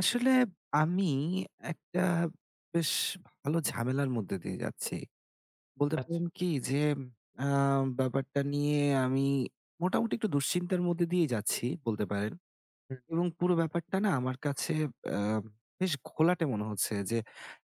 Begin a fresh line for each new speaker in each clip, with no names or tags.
আসলে আমি একটা বেশ ভালো ঝামেলার মধ্যে দিয়ে যাচ্ছি। বলতে
আচ্ছা,
পারেন কি যে আ ব্যাপারটা নিয়ে আমি মোটামুটি একটু দুশ্চিন্তার মধ্যে দিয়ে যাচ্ছি বলতে পারেন।
হুম,
এবং পুরো ব্যাপারটা না আমার কাছে আ বেশ ঘোলাটে মনে হচ্ছে যে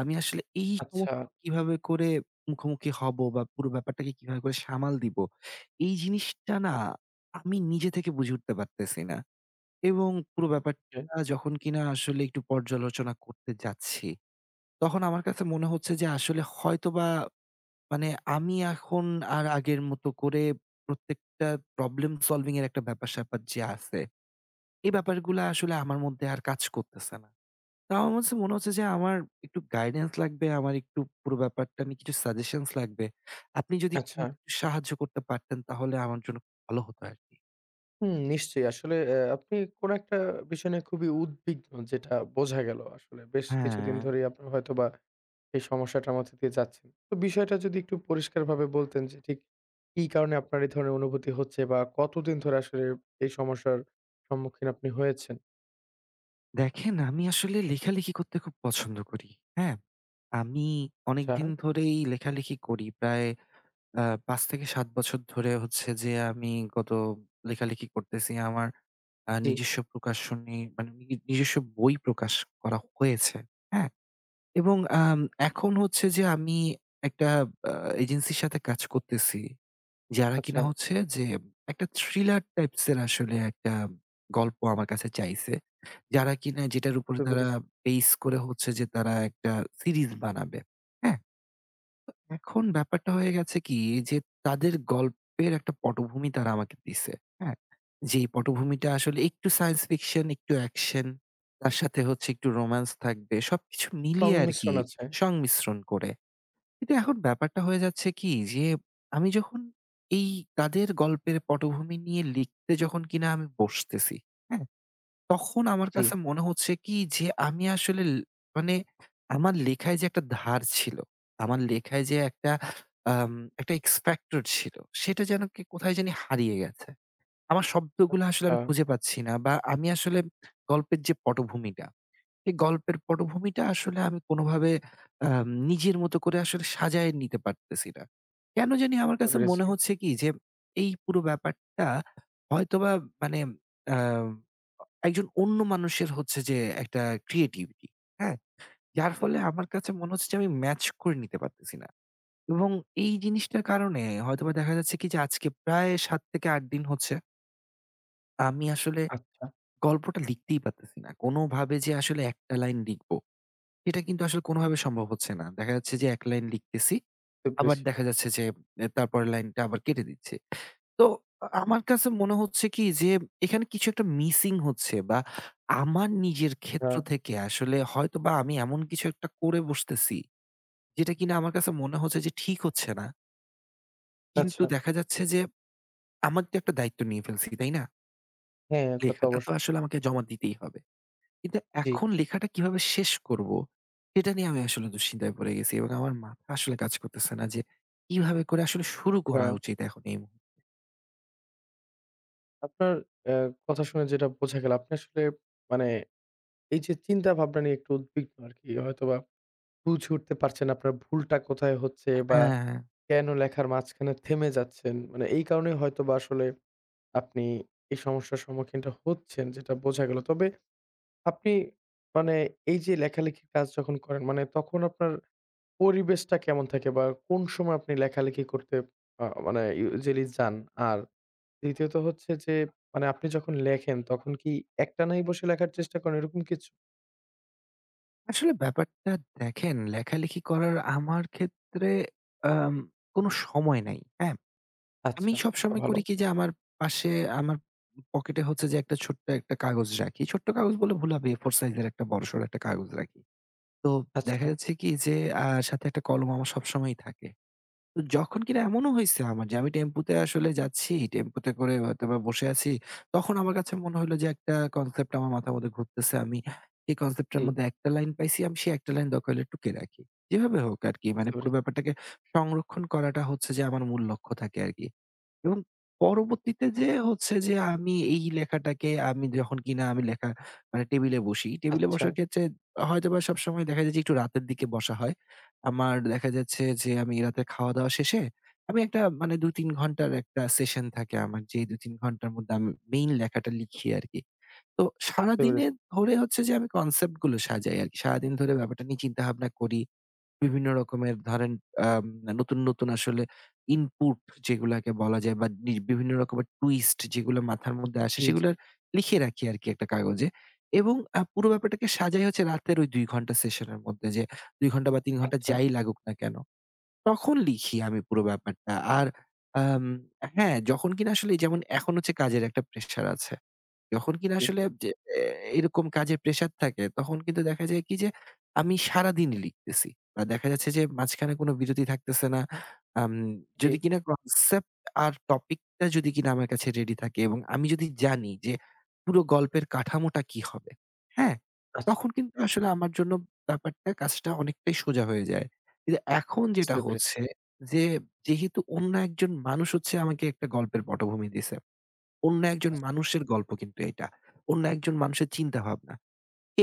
আমি আসলে এই
আচ্ছা,
সমস্যা কিভাবে করে মুখোমুখি হব বা পুরো ব্যাপারটাকে কিভাবে করে সামাল দিব? এই জিনিসটা না আমি নিজে থেকে বুঝে উঠতে পারতেছি না। এবং পুরো
ওকে,
ব্যাপারটা যখন কিনা আসলে একটু পর্যালোচনা করতে যাচ্ছি, তখন আমার কাছে মনে হচ্ছে যে আসলে হয়তোবা মানে আমি এখন আর আগের মতো করে প্রত্যেকটা প্রবলেম সলভিং এর একটা ব্যাপার-স্যাপার যে আছে, এই ব্যাপারগুলা আসলে আমার মধ্যে আর কাজ করতেছে না। তো আমার কাছে মনে হচ্ছে যে আমার একটু গাইডেন্স লাগবে, আমার একটু পুরো ব্যাপারটা নিয়ে কিছু সাজেশনস লাগবে। আপনি যদি
আচ্ছা।
আমাকে একটু সাহায্য করতে পারতেন তাহলে আমার জন্য খুব ভালো হতো আরকি।
হুম, নিশ্চয়ই। আসলে আপনি কোন একটা বিষয় নিয়ে খুবই উদ্বিগ্ন যেটা বোঝা গেল আসলে। বেশ
হ্যাঁ।
কিছুদিন ধরেই আপনার হয়তোবা এই সমস্যাটার মধ্যে দিয়ে যাচ্ছেন। তো বিষয়টা যদি একটু পরিষ্কারভাবে বলতেন যে ঠিক কি কারণে আপনার এই ধরনের অনুভূতি হচ্ছে বা কতদিন ধরে আসলে এই সমস্যার সম্মুখীন আপনি হয়েছেন?
দেখেন, আমি আসলে লেখালেখি করতে খুব পছন্দ করি। হ্যাঁ? আমি
আচ্ছা,
অনেকদিন ধরেই লেখালেখি করি। প্রায় ৫ থেকে ৭ বছর ধরে হচ্ছে যে আমি গত লেখালেখি করতেছি। আমার
জি।
নিজস্ব প্রকাশনী মানে নিজস্ব বই প্রকাশ করা হয়েছে। হ্যাঁ? এবং আম এখন হচ্ছে যে আমি একটা আ এজেন্সির সাথে কাজ করতেছি। যারা কিনা
আচ্ছা,
হচ্ছে যে একটা থ্রিলার টাইপস এর আসলে একটা গল্প আমার কাছে চাইছে। যারা কিনা যেটার উপরে
বুঝতে
তারা
পেরেছি।
বেস করে হচ্ছে যে তারা একটা সিরিজ বানাবে। হ্যাঁ? এখন ব্যাপারটা হয়ে গেছে কি যে তাদের গল্পের একটা পটভূমি তারা আমাকে দিছে। হ্যাঁ? যেই পটভূমিটা আসলে একটু সায়েন্স ফিকশন, একটু অ্যাকশন, তার সাথে হচ্ছে একটু রোমান্স থাকবে। সবকিছু মিলিয়ে আরকি
সংমিশ্রণ আছে।
সংমিশ্রণ করে।
হুম,
কিন্তু এখন ব্যাপারটা হয়ে যাচ্ছে কি যে আমি যখন এই তাদের গল্পের পটভূমি নিয়ে লিখতে যখন কিনা আমি বসতেছি, হ্যাঁ? তখন আমার
জি।
কাছে মনে হচ্ছে কি যে আমি আসলে মানে আমার লেখায় যে একটা ধার ছিল, আমার লেখায় যে একটা আম একটা এক্স ফ্যাক্টর ছিল সেটা যেন কে কোথায় জানি হারিয়ে গেছে। আমার শব্দগুলো আসলে
আচ্ছা,
আমি খুঁজে পাচ্ছি না বা আমি আসলে গল্পের যে পটভূমিটা, এই গল্পের পটভূমিটা আসলে আমি কোনোভাবে আ নিজের মতো করে আসলে সাজায় নিতে পারতেছি না। কেন জানি আমার
বুঝতে
কাছে
পেরেছি।
মনে হচ্ছে কি যে, এই পুরো ব্যাপারটা হয়তোবা মানে আ একজন অন্য মানুষের হচ্ছে যে একটা ক্রিয়েটিভিটি, হ্যাঁ? যার ফলে আমার কাছে মনে হচ্ছে যে আমি ম্যাচ করে নিতে পারতেছি না। এবং এই জিনিসটার কারণে হয়তোবা দেখা যাচ্ছে কি যে আজকে প্রায় ৭ থেকে ৮ দিন হচ্ছে আমি আসলে
আচ্ছা,
গল্পটা লিখতেই পারতেছি না। কোনোভাবে যে আসলে একটা লাইন লিখব, এটা কিন্তু আসলে কোনোভাবে সম্ভব হচ্ছে না। দেখা যাচ্ছে যে এক লাইন লিখতেছি,
বুঝতে
আবার
পেরেছি।
দেখা যাচ্ছে যে তারপরের লাইনটা আবার কেটে দিচ্ছি। তো আমার কাছে মনে হচ্ছে কি যে এখানে কিছু একটা মিসিং হচ্ছে বা আমার নিজের
আ
ক্ষেত্র থেকে আসলে হয়তোবা আমি এমন কিছু একটা করে বসতেছি, যেটা কিনা আমার কাছে মনে হচ্ছে যে ঠিক হচ্ছে না। কিন্তু
আচ্ছা,
দেখা যাচ্ছে যে আমার তো একটা দায়িত্ব নিয়ে ফেলছি, তাই না?
হ্যাঁ, তা তো
লেখাটা তো
অবশ্যই।
আসলে আমাকে জমা দিতেই হবে। কিন্তু
জি।
এখন লেখাটা কিভাবে শেষ করব? সেটা নিয়ে আমি আসলে দুশ্চিন্তায় পড়ে গেছি এবং আমার মাথা আসলে কাজ করতেছে না যে কিভাবে করে আসলে শুরু
আ
করা উচিত এখন এই মুহূর্তে?
আপনার অ্যা কথা শুনে যেটা বোঝা গেল, আপনি আসলে মানে এই যে চিন্তা ভাবনা নিয়ে একটু উদ্বিগ্ন আরকি। হয়তোবা বুঝে উঠতে পারছেন আপনার ভুলটা কোথায় হচ্ছে বা
হ্যাঁ,
কেন লেখার মাঝখানে থেমে যাচ্ছেন। মানে এই কারণেই হয়তোবা আসলে আপনি এই সমস্যার সম্মুখীনটা হচ্ছেন যেটা বোঝা গেল। তবে আপনি মানে এই যে লেখালেখির কাজ যখন করেন মানে তখন আপনার পরিবেশটা কেমন থাকে বা কোন সময় আপনি লেখালেখি করতে মানে ইউজুয়ালি যান আর দ্বিতীয়ত হচ্ছে যে মানে আপনি যখন লেখেন তখন কি একটানাই বসে লেখার চেষ্টা করেন এরকম কিছু?
আসলে ব্যাপারটা দেখেন লেখালেখি করার আমার ক্ষেত্রে আম কোনো সময় নাই। হ্যাঁ? আমি
আচ্ছা, সেটা
সবসময়
ভালো।
করি কি যে আমার পাশে আমার পকেটে হচ্ছে যে একটা ছোট্ট একটা কাগজ রাখি। ছোট্ট কাগজ বললে ভুল হবে A4 সাইজের একটা বড়সড় একটা কাগজ রাখি। তো দেখা
আচ্ছা,
যাচ্ছে কি যে সাথে একটা কলম আমার সবসময়ই থাকে। তো যখন কিনা এমনও হইছে আমার যে আমি টেম্পুতে আসলে যাচ্ছি, টেম্পুতে করে হয়তোবা বসে আছি। তখন আমার কাছে মনে হইলো যে একটা কনসেপ্ট আমার মাথার মধ্যে ঘুরতেছে। আমি এই কনসেপ্টটার
জি,
মধ্যে একটা লাইন পাইছি, আমি সেই একটা লাইন দরকার হলে টুকে রাখি। যেভাবে হোক আরকি
বুঝতে
মানে পুরো
পেরেছি।
ব্যাপারটাকে সংরক্ষণ করাটা হচ্ছে যে আমার মূল লক্ষ্য থাকে আরকি। এবং পরবর্তীতে যেয়ে হচ্ছে যে আমি এই লেখাটাকে আমি যখন কিনা আমি লেখা মানে টেবিলে বসি। টেবিলে
আচ্ছা,
বসার ক্ষেত্রে হয়তোবা সবসময় দেখা যায় যে একটু রাতের দিকে বসা হয়। আমার দেখা যাচ্ছে যে আমি রাতে খাওয়া-দাওয়া শেষে আমি একটা মানে ২-৩ ঘন্টার একটা সেশন থাকে আমার। যে ২-৩ ঘন্টার মধ্যে আমি মেইন লেখাটা লিখি আরকি। তো
বুঝতে
সারাদিনে
পেরেছি।
ধরে হচ্ছে যে আমি কনসেপ্ট গুলো সাজাই আরকি। সারাদিন ধরে ব্যাপারটা নিয়ে চিন্তাভাবনা করি। বিভিন্ন রকমের ধরেন আম নতুন, নতুন আসলে ইনপুট যেগুলাকে বলা যায় বা বিভিন্ন রকমের টুইস্ট যেগুলো মাথার মধ্যে আসে
জি,
সেগুলো
জি।
লিখে রাখি আরকি একটা কাগজে। এবং পুরো ব্যাপারটাকে সাজাই হচ্ছে রাতের ওই ২ ঘন্টা সেশনের মধ্যে যে ২ ঘন্টা বা ৩ ঘন্টা
আচ্ছা,
যাই লাগুক না কেন। তখন লিখি আমি পুরো ব্যাপারটা। আর আম হ্যাঁ, যখন কিনা আসলে যেমন এখন হচ্ছে কাজের একটা প্রেশার আছে। যখন কিনা
জি,
আসলে যে এ এরকম কাজের প্রেশার থাকে তখন কিন্তু দেখা যায় কি যে আমি সারাদিনই লিখতেছি। দেখা যাচ্ছে যে মাঝখানে কোনো বিরতি থাকতেছে না। আম
জি।
যদি কিনা কনসেপ্ট আর টপিকটা যদি কিনা আমার কাছে রেডি থাকে এবং আমি যদি জানি যে পুরো গল্পের কাঠামোটা কি হবে, হ্যাঁ?
আচ্ছা,
তখন কিন্তু আসলে আমার জন্য ব্যাপারটা কাজটা অনেকটাই সোজা হয়ে যায়। কিন্তু এখন যেটা
বুঝতে পেরেছি।
হচ্ছে যে যেহেতু অন্য একজন মানুষ হচ্ছে আমাকে একটা গল্পের পটভূমি দিছে। অন্য একজন
আচ্ছা,
মানুষের গল্প কিন্তু এটা। অন্য একজন মানুষের চিন্তাভাবনা।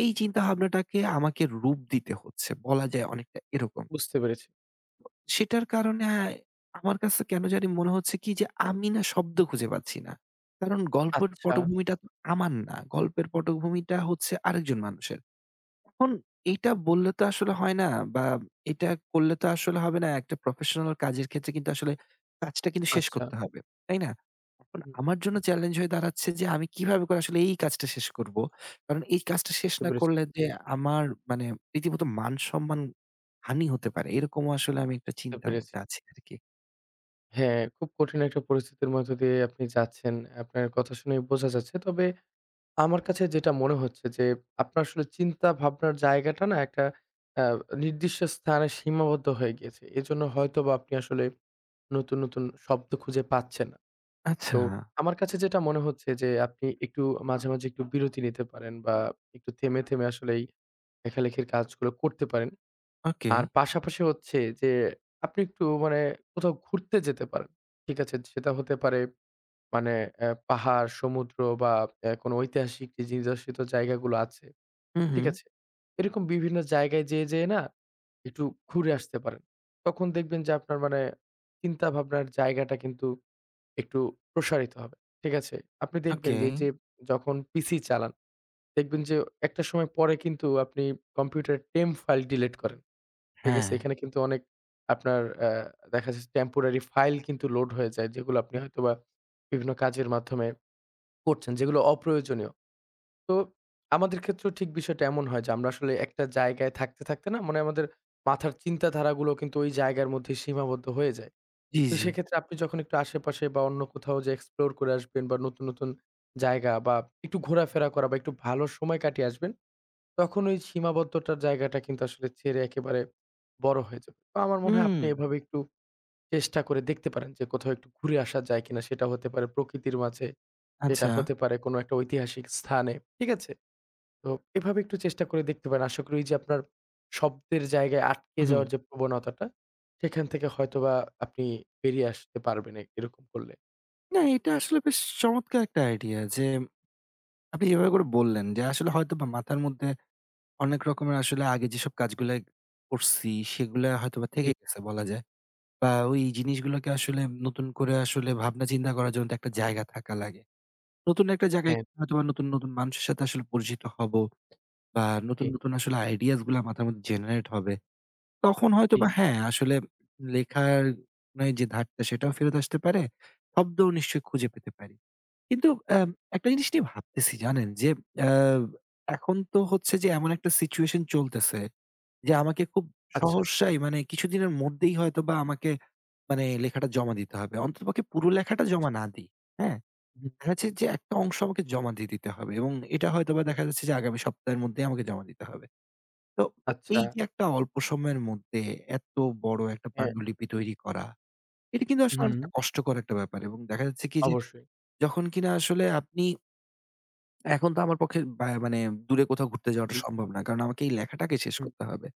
এই চিন্তাভাবনাটাকে আমাকে রূপ দিতে হচ্ছে। বলা যায় অনেকটা এরকম।
বুঝতে পেরেছি।
সেটার কারণে আমার কাছে কেন জানি মনে হচ্ছে কি যে আমি না শব্দ খুঁজে পাচ্ছি না। কারণ গল্পের
আচ্ছা,
পটভূমিটা তো আমার না। গল্পের পটভূমিটা হচ্ছে আরেকজন মানুষের। এখন এইটা বললে তো আসলে হয় না বা এটা করলে তো আসলে হবে না। একটা প্রফেশনাল কাজের ক্ষেত্রে কিন্তু আসলে কাজটা কিন্তু শেষ
আচ্ছা।
করতে হবে। তাই না? এখন
হুম,
আমার জন্য চ্যালেঞ্জ হয়ে দাঁড়াচ্ছে যে আমি কিভাবে করে আসলে এই কাজটা শেষ করব। কারণ এই কাজটা শেষ
বুঝতে
না
পেরেছি,
করলে যে আমার মানে রীতিমতো মান-সম্মান হানি হতে পারে। এরকমও আসলে আমি একটা
বুঝতে
চিন্তার
পেরেছি।
মধ্যে আছি আরকি।
হ্যাঁ, খুব কঠিন একটা পরিস্থিতির মধ্য দিয়ে আপনি যাচ্ছেন। আপনার কথা শুনেই বোঝা যাচ্ছে। তবে আমার কাছে যেটা মনে হচ্ছে যে, আপনার আসলে চিন্তা ভাবনার জায়গাটা না একটা আ নির্দিষ্ট স্থানে সীমাবদ্ধ হয়ে গিয়েছে। এজন্য হয়তোবা আপনি আসলে নতুন, নতুন শব্দ খুঁজে পাচ্ছেন না।
আচ্ছা,
তো আমার কাছে যেটা মনে হচ্ছে যে, আপনি একটু মাঝে, মাঝে একটু বিরতি নিতে পারেন বা একটু থেমে, থেমে আসলে এই লেখালেখির কাজগুলো করতে পারেন।
ওকে।
আর পাশাপাশি হচ্ছে যে, আপনি একটু মানে কোথাও ঘুরতে যেতে পারেন। ঠিক আছে? সেটা হতে পারে মানে পাহাড়, সমুদ্র বা কোনো ঐতিহাসিক যে নিদর্শিত জায়গাগুলো আছে,
হু, হু।
ঠিক আছে? এরকম বিভিন্ন জায়গায় যেয়ে, যেয়ে না একটু ঘুরে আসতে পারেন। তখন দেখবেন যে আপনার মানে চিন্তাভাবনার জায়গাটা কিন্তু একটু প্রসারিত হবে, ঠিক আছে? আপনি দেখবেন
ওকে।
যে এই যে যখন পিসি চালান, দেখবেন যে একটা সময় পরে কিন্তু আপনি কম্পিউটারের টেম্প ফাইল ডিলিট করেন, ঠিক আছে?
হ্যাঁ।
এখানে কিন্তু অনেক আপনার দেখা যাচ্ছে টেম্পোরারি ফাইল কিন্তু লোড হয়ে যায়, যেগুলো আপনি হয়তোবা বিভিন্ন কাজের মাধ্যমে করছেন যেগুলো অপ্রয়োজনীয়। তো আমাদের ক্ষেত্রেও ঠিক বিষয়টা এমন হয় যে আমরা আসলে একটা জায়গায় থাকতে, থাকতে না মানে আমাদের মাথার চিন্তাধারাগুলো কিন্তু ওই জায়গার মধ্যে সীমাবদ্ধ হয়ে যায়।
জি,
তো
জি।
সেক্ষেত্রে আপনি যখন একটু আশেপাশে বা অন্য কোথাও যে এক্সপ্লোর করে আসবেন বা নতুন, নতুন জায়গা বা একটু ঘোরাফেরা করা বা একটু ভালো সময় কাটিয়ে আসবেন, তখন ওই সীমাবদ্ধতার জায়গাটা কিন্তু আসলে ছেড়ে একেবারে বড় হয়ে যাবে। তো আমার মনে হয়
হুম।
আপনি এভাবে একটু চেষ্টা করে দেখতে পারেন যে কোথাও একটু ঘুরে আসা যায় কিনা? সেটা হতে পারে প্রকৃতির মাঝে এটা
আচ্ছা।
হতে পারে কোনো একটা ঐতিহাসিক স্থানে। ঠিক আছে? তো এভাবে একটু চেষ্টা করে দেখতে পারেন। আশা করি ওইযে আপনার শব্দের জায়গায় আটকে
হু, হু।
যাওয়ার যে প্রবণতাটা, সেখান থেকে হয়তোবা আপনি বেরিয়ে আসতে পারবেন এরকম করলে।
না, এটা আসলে বেশ চমৎকার একটা আইডিয়া যে আপনি এভাবে করে বললেন যে আসলে হয়তোবা মাথার মধ্যে অনেক রকমের আসলে আগে যেসব কাজগুলা করছি সেগুলা হয়তোবা
জি,
থেকে গেছে বলা যায়। বা ওই জিনিসগুলোকে আসলে নতুন করে আসলে ভাবনা চিন্তা করার জন্য তো একটা জায়গা থাকা লাগে। নতুন একটা জায়গায়
হ্যাঁ,
হয়তোবা নতুন, নতুন মানুষের সাথে আসলে পরিচিত হব বা নতুন,
জি,
নতুন আসলে আইডিয়াস গুলা মাথার মধ্যে জেনারেট হবে। তখন
জি,
হয়তোবা হ্যাঁ, আসলে লেখার মানে যে ধারটা সেটাও ফেরত আসতে পারে। শব্দও নিশ্চয়ই খুঁজে পেতে পারি। কিন্তু
জি।
একটা জিনিস নিয়ে ভাবতেছি জানেন? যে অ্যা এখন তো হচ্ছে যে এমন একটা সিচুয়েশন চলতেছে যে আমাকে খুব
আচ্ছা,
সহসাই মানে কিছুদিনের মধ্যেই হয়তোবা আমাকে মানে লেখাটা জমা দিতে হবে। অন্ততপক্ষে পুরো লেখাটা
আচ্ছা।
জমা না দিই, হ্যাঁ?
হুম।
দেখা যাচ্ছে যে একটা অংশ আমাকে জমা দিয়ে দিতে হবে এবং এটা হয়তোবা দেখা যাচ্ছে যে আগামী সপ্তাহের মধ্যেই আমাকে জমা দিতে হবে। তো
আচ্ছা।
এই যে একটা অল্প সময়ের মধ্যে এত বড় একটা
হ্যাঁ,
পাণ্ডুলিপি তৈরি করা, এটা কিন্তু আসলে
হুম।
অনেকটা কষ্টকর একটা ব্যাপার এবং দেখা যাচ্ছে কি যে
অবশ্যই।
যখন কিনা আসলে আপনি এখন তো আমার পক্ষে বা মানে দূরে কোথাও ঘুরতে যাওয়াটা
জি।
সম্ভব না। কারণ আমাকে এই লেখাটাকে শেষ
হুম।
করতে হবে।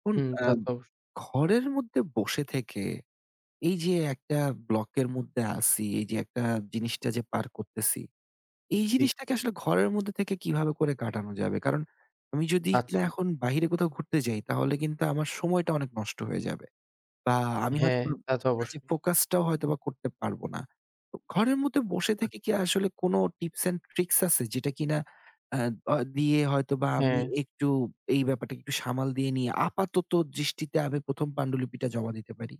এখন
হুম,
আ
তা তো অবশ্যই।
ঘরের মধ্যে বসে থেকে এই যে একটা ব্লকের মধ্যে আছি, এই যে একটা জিনিসটা যে পার করতেছি, এই
জি।
জিনিসটাকে আসলে ঘরের মধ্যে থেকে কিভাবে করে কাটানো যাবে? কারণ আমি যদি কিনা
আচ্ছা।
এখন বাহিরে কোথাও ঘুরতে যাই তাহলে কিন্তু আমার সময়টা অনেক নষ্ট হয়ে যাবে। বা আমি
হ্যাঁ,
হয়তোবা
তা তো
কাজে
অবশ্যই।
ফোকাসটাও হয়তোবা করতে পারব না। তো ঘরের মধ্যে বসে
আচ্ছা,
থেকে কি আসলে কোনো টিপস অ্যান্ড ট্রিকস আছে যেটা কিনা আ অ দিয়ে হয়তোবা আমি
হ্যাঁ।
একটু এই ব্যাপারটাকে একটু সামাল দিয়ে নিয়ে আপাতত দৃষ্টিতে আমি ১ম পাণ্ডুলিপিটা জমা দিতে পারি?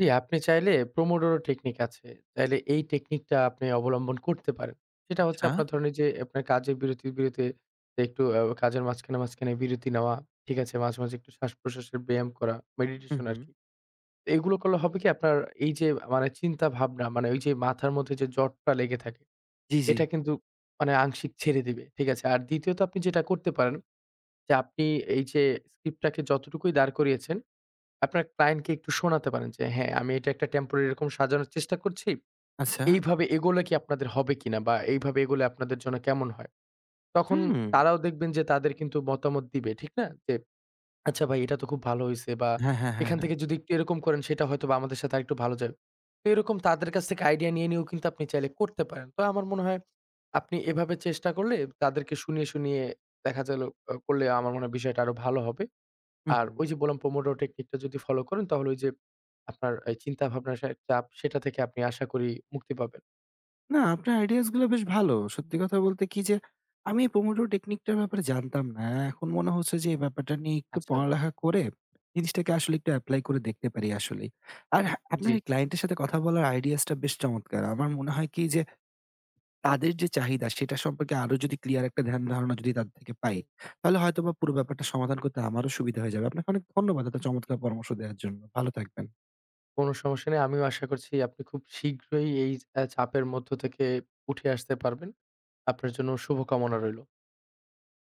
জি, আপনি চাইলে পোমোডোরো টেকনিক আছে। চাইলে এই টেকনিকটা আপনি অবলম্বন করতে পারেন। সেটা হচ্ছে
আচ্ছা।
আপনার ধরেন এই যে আপনার কাজের বিরতির বিরতি একটু কাজের মাঝখানে, মাঝখানে বিরতি নেওয়া। ঠিক আছে? মাঝে, মাঝে একটু শ্বাসপ্রশ্বাসের ব্যায়াম করা,
হুম,
মেডিটেশন
হুম।
আরকি। এগুলো করলে হবে কি আপনার এই যে মানে চিন্তা ভাবনা মানে ওই যে মাথার মধ্যে যে জটটা লেগে থাকে,
জি, জি।
এটা কিন্তু মানে আংশিক ছেড়ে দিবে। ঠিক আছে? আর দ্বিতীয়ত আপনি যেটা করতে পারেন যে আপনি এই যে স্ক্রিপ্টটাকে যতটুকুই দাঁড় করিয়েছেন আপনার ক্লায়েন্টকে একটু শোনাতে পারেন যে, "হ্যাঁ, আমি এটা একটা টেম্পোরারি এরকম সাজানোর চেষ্টা করছি।
আচ্ছা।
এইভাবে এগোলে কি আপনাদের হবে কিনা? বা এইভাবে এগোলে আপনাদের জন্য কেমন হয়?" তখন
হুম।
তারাও দেখবেন যে তাদের কিন্তু মতামত দিবে, ঠিক না? যে, "আচ্ছা ভাই এটা তো খুব ভালো হইছে" বা
হ্যাঁ, হ্যাঁ, হ্যাঁ,
"এখান
হ্যাঁ।
থেকে যদি একটু এরকম করেন সেটা হয়তোবা আমাদের সাথে আরেকটু ভালো যাবে।" তো এরকম তাদের কাছ থেকে আইডিয়া নিয়ে, নিয়েও কিন্তু আপনি চাইলে করতে পারেন। তো আমার মনে হয় আপনি এভাবে চেষ্টা করলে তাদেরকে শুনিয়ে, শুনিয়ে দেখা গেল করলে আমার মনে হয় বিষয়টা আরো ভালো হবে।
হুম,
আর
হুম।
ওই যে বললাম পোমোডোরো টেকনিকটা যদি ফলো করেন তাহলে ওই যে আপনার এই চিন্তা ভাবনার সে চাপ সেটা থেকে আপনি আশা করি মুক্তি পাবেন।
না, আপনার আইডিয়াস গুলো বেশ ভালো। সত্যি কথা বলতে কি যে, আমি পোমোডোর টেকনিকটার ব্যাপারে জানতাম না। এখন মনে হচ্ছে যে এই ব্যাপারটা নিয়ে একটু
আচ্ছা।
পড়ালেখা করে, জিনিসটাকে আসলে একটু এপ্লাই করে দেখতে পারি আসলেই। আর হ্যাঁ, আপনার
জি।
এই ক্লায়েন্টের সাথে কথা বলার আইডিয়াসটা বেশ চমৎকার। আমার মনে হয় কি যে, তাদের যে চাহিদা সেটা সম্পর্কে আরো যদি ক্লিয়ার একটা ধ্যান ধারণা যদি তাদের থেকে পাই,
হুম,
তাহলে হয়তোবা পুরো ব্যাপারটা সমাধান করতে আমারও সুবিধা হয়ে যাবে। আপনাকে অনেক ধন্যবাদ এত
জি।
চমৎকার পরামর্শ দেওয়ার জন্য। ভালো থাকবেন।
কোন সমস্যা নেই। আমিও আশা করছি আপনি খুব শীঘ্রই এই চাপের মধ্য থেকে উঠে আসতে পারবেন। আপনার জন্য শুভকামনা রইল।